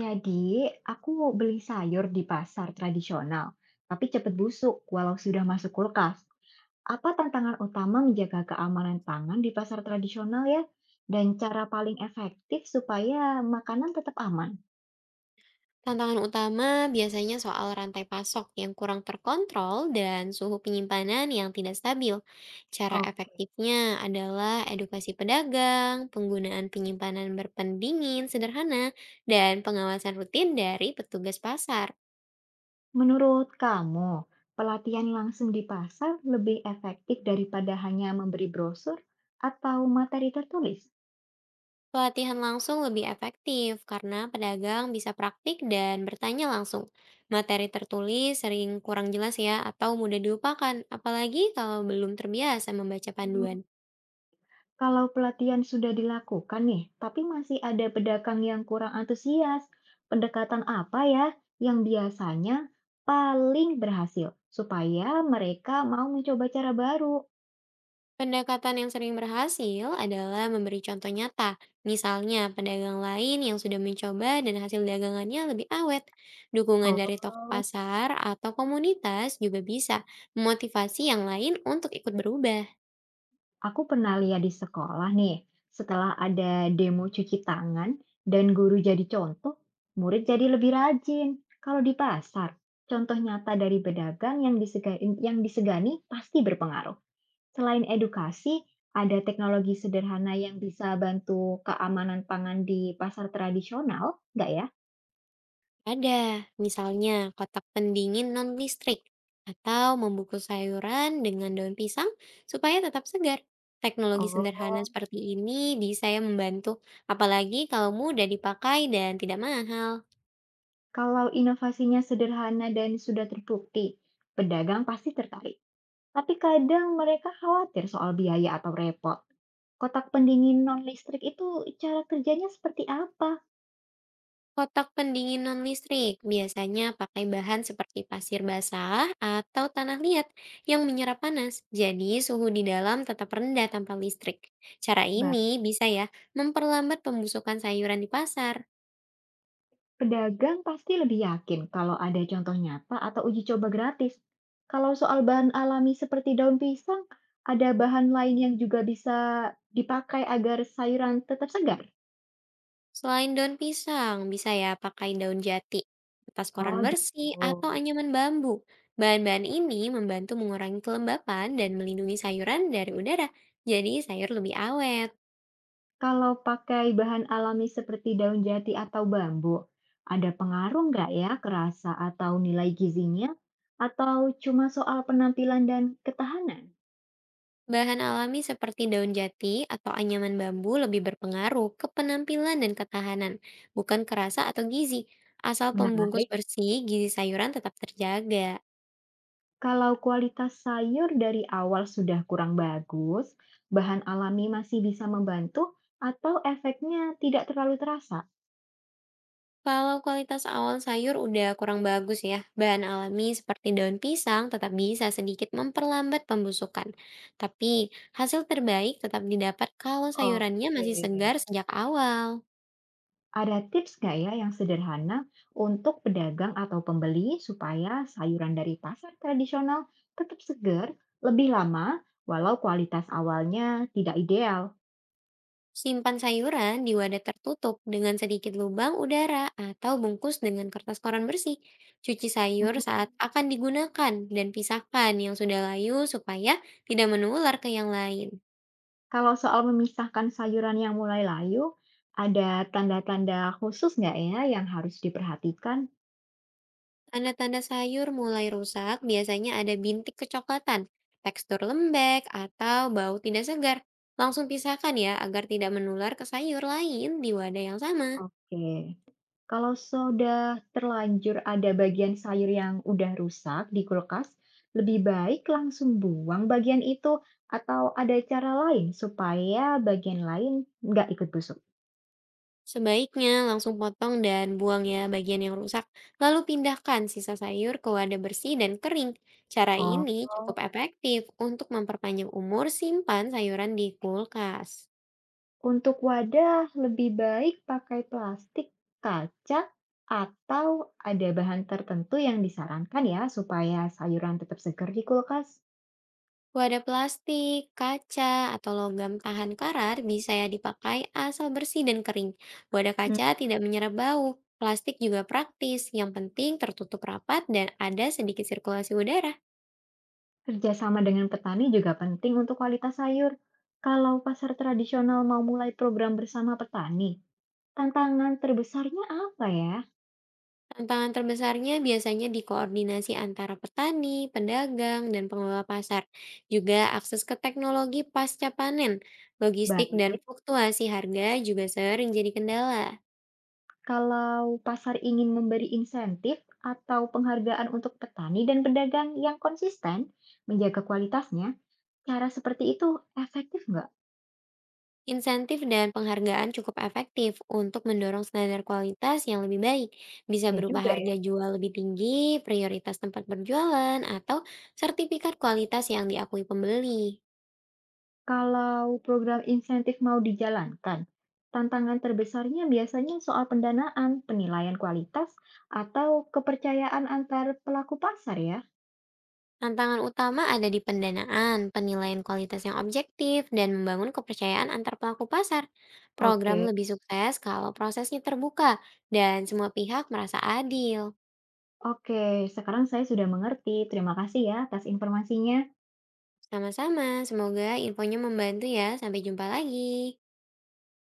Jadi, aku beli sayur di pasar tradisional, tapi cepat busuk walau sudah masuk kulkas. Apa tantangan utama menjaga keamanan pangan di pasar tradisional ya? Dan cara paling efektif supaya makanan tetap aman? Tantangan utama biasanya soal rantai pasok yang kurang terkontrol dan suhu penyimpanan yang tidak stabil. Cara Oke. efektifnya adalah edukasi pedagang, penggunaan penyimpanan berpendingin sederhana, dan pengawasan rutin dari petugas pasar. Menurut kamu, pelatihan langsung di pasar lebih efektif daripada hanya memberi brosur atau materi tertulis? Pelatihan langsung lebih efektif karena pedagang bisa praktik dan bertanya langsung. Materi tertulis sering kurang jelas ya atau mudah dilupakan, apalagi kalau belum terbiasa membaca panduan. Kalau pelatihan sudah dilakukan nih, tapi masih ada pedagang yang kurang antusias, pendekatan apa ya yang biasanya paling berhasil supaya mereka mau mencoba cara baru? Pendekatan yang sering berhasil adalah memberi contoh nyata. Misalnya, pedagang lain yang sudah mencoba dan hasil dagangannya lebih awet. Dukungan dari toko Oh, pasar atau komunitas juga bisa memotivasi yang lain untuk ikut berubah. aku pernah lihat di sekolah nih, setelah ada demo cuci tangan dan guru jadi contoh, murid jadi lebih rajin. Kalau di pasar, contoh nyata dari pedagang yang disegani, pasti berpengaruh. Selain edukasi, ada teknologi sederhana yang bisa bantu keamanan pangan di pasar tradisional, nggak ya? Ada, misalnya, kotak pendingin non-listrik atau membungkus sayuran dengan daun pisang supaya tetap segar. Teknologi Oh, sederhana seperti ini bisa ya membantu, apalagi kalau mudah dipakai dan tidak mahal. kalau inovasinya sederhana dan sudah terbukti, pedagang pasti tertarik. Tapi kadang mereka khawatir soal biaya atau repot. Kotak pendingin non-listrik itu cara kerjanya seperti apa? Kotak pendinginan listrik biasanya pakai bahan seperti pasir basah atau tanah liat yang menyerap panas, jadi suhu di dalam tetap rendah tanpa listrik. Cara ini bisa ya memperlambat pembusukan sayuran di pasar. Pedagang pasti lebih yakin kalau ada contoh nyata atau uji coba gratis. Kalau soal bahan alami seperti daun pisang, ada bahan lain yang juga bisa dipakai agar sayuran tetap segar. Selain daun pisang, bisa ya pakai daun jati, kertas koran Oh gitu. bersih, atau anyaman bambu. Bahan-bahan ini membantu mengurangi kelembapan dan melindungi sayuran dari udara, jadi sayur lebih awet. Kalau pakai bahan alami seperti daun jati atau bambu, ada pengaruh nggak ya ke rasa atau nilai gizinya? Atau cuma soal penampilan dan ketahanan? Bahan alami seperti daun jati atau anyaman bambu lebih berpengaruh ke penampilan dan ketahanan, bukan kerasa atau gizi. Asal pembungkus Menarik. bersih, gizi sayuran tetap terjaga. Kalau kualitas sayur dari awal sudah kurang bagus, bahan alami masih bisa membantu atau efeknya tidak terlalu terasa? Kalau kualitas awal sayur udah kurang bagus ya, bahan alami seperti daun pisang tetap bisa sedikit memperlambat pembusukan. Tapi hasil terbaik tetap didapat kalau sayurannya masih segar Oke. sejak awal. Ada tips nggak ya yang sederhana untuk pedagang atau pembeli supaya sayuran dari pasar tradisional tetap segar lebih lama walau kualitas awalnya tidak ideal? Simpan sayuran di wadah tertutup dengan sedikit lubang udara atau bungkus dengan kertas koran bersih. Cuci sayur Hmm. saat akan digunakan dan pisahkan yang sudah layu supaya tidak menular ke yang lain. Kalau soal memisahkan sayuran yang mulai layu, ada tanda-tanda khusus nggak ya yang harus diperhatikan. Tanda-tanda sayur mulai rusak biasanya ada bintik kecoklatan, tekstur lembek, atau bau tidak segar. Langsung pisahkan ya agar tidak menular ke sayur lain di wadah yang sama. Oke. Kalau sudah terlanjur ada bagian sayur yang udah rusak di kulkas, lebih baik langsung buang bagian itu atau ada cara lain supaya bagian lain nggak ikut busuk? Sebaiknya langsung potong dan buang ya bagian yang rusak, lalu pindahkan sisa sayur ke wadah bersih dan kering. Cara Oh, ini cukup efektif untuk memperpanjang umur simpan sayuran di kulkas. untuk wadah lebih baik pakai plastik, kaca, atau ada bahan tertentu yang disarankan ya supaya sayuran tetap segar di kulkas? Wadah plastik, kaca, atau logam tahan karat bisa ya dipakai asal bersih dan kering. Wadah kaca tidak menyerap bau, plastik juga praktis, yang penting tertutup rapat dan ada sedikit sirkulasi udara. Kerjasama dengan petani juga penting untuk kualitas sayur. Kalau pasar tradisional mau mulai program bersama petani, tantangan terbesarnya apa ya? Tantangan terbesarnya biasanya di koordinasi antara petani, pedagang, dan pengelola pasar, juga akses ke teknologi pasca panen, logistik, dan Baik, fluktuasi harga juga sering jadi kendala. kalau pasar ingin memberi insentif atau penghargaan untuk petani dan pedagang yang konsisten menjaga kualitasnya, cara seperti itu efektif nggak? Insentif dan penghargaan cukup efektif untuk mendorong standar kualitas yang lebih baik, bisa Ya berupa juga. harga jual lebih tinggi, prioritas tempat berjualan, atau sertifikat kualitas yang diakui pembeli. Kalau program insentif mau dijalankan, tantangan terbesarnya biasanya soal pendanaan, penilaian kualitas, atau kepercayaan antar pelaku pasar ya. Tantangan utama ada di pendanaan, penilaian kualitas yang objektif, dan membangun kepercayaan antar pelaku pasar. Program Oke, lebih sukses kalau prosesnya terbuka dan semua pihak merasa adil. oke. Sekarang saya sudah mengerti. Terima kasih ya atas informasinya. Sama-sama, semoga infonya membantu ya. Sampai jumpa lagi.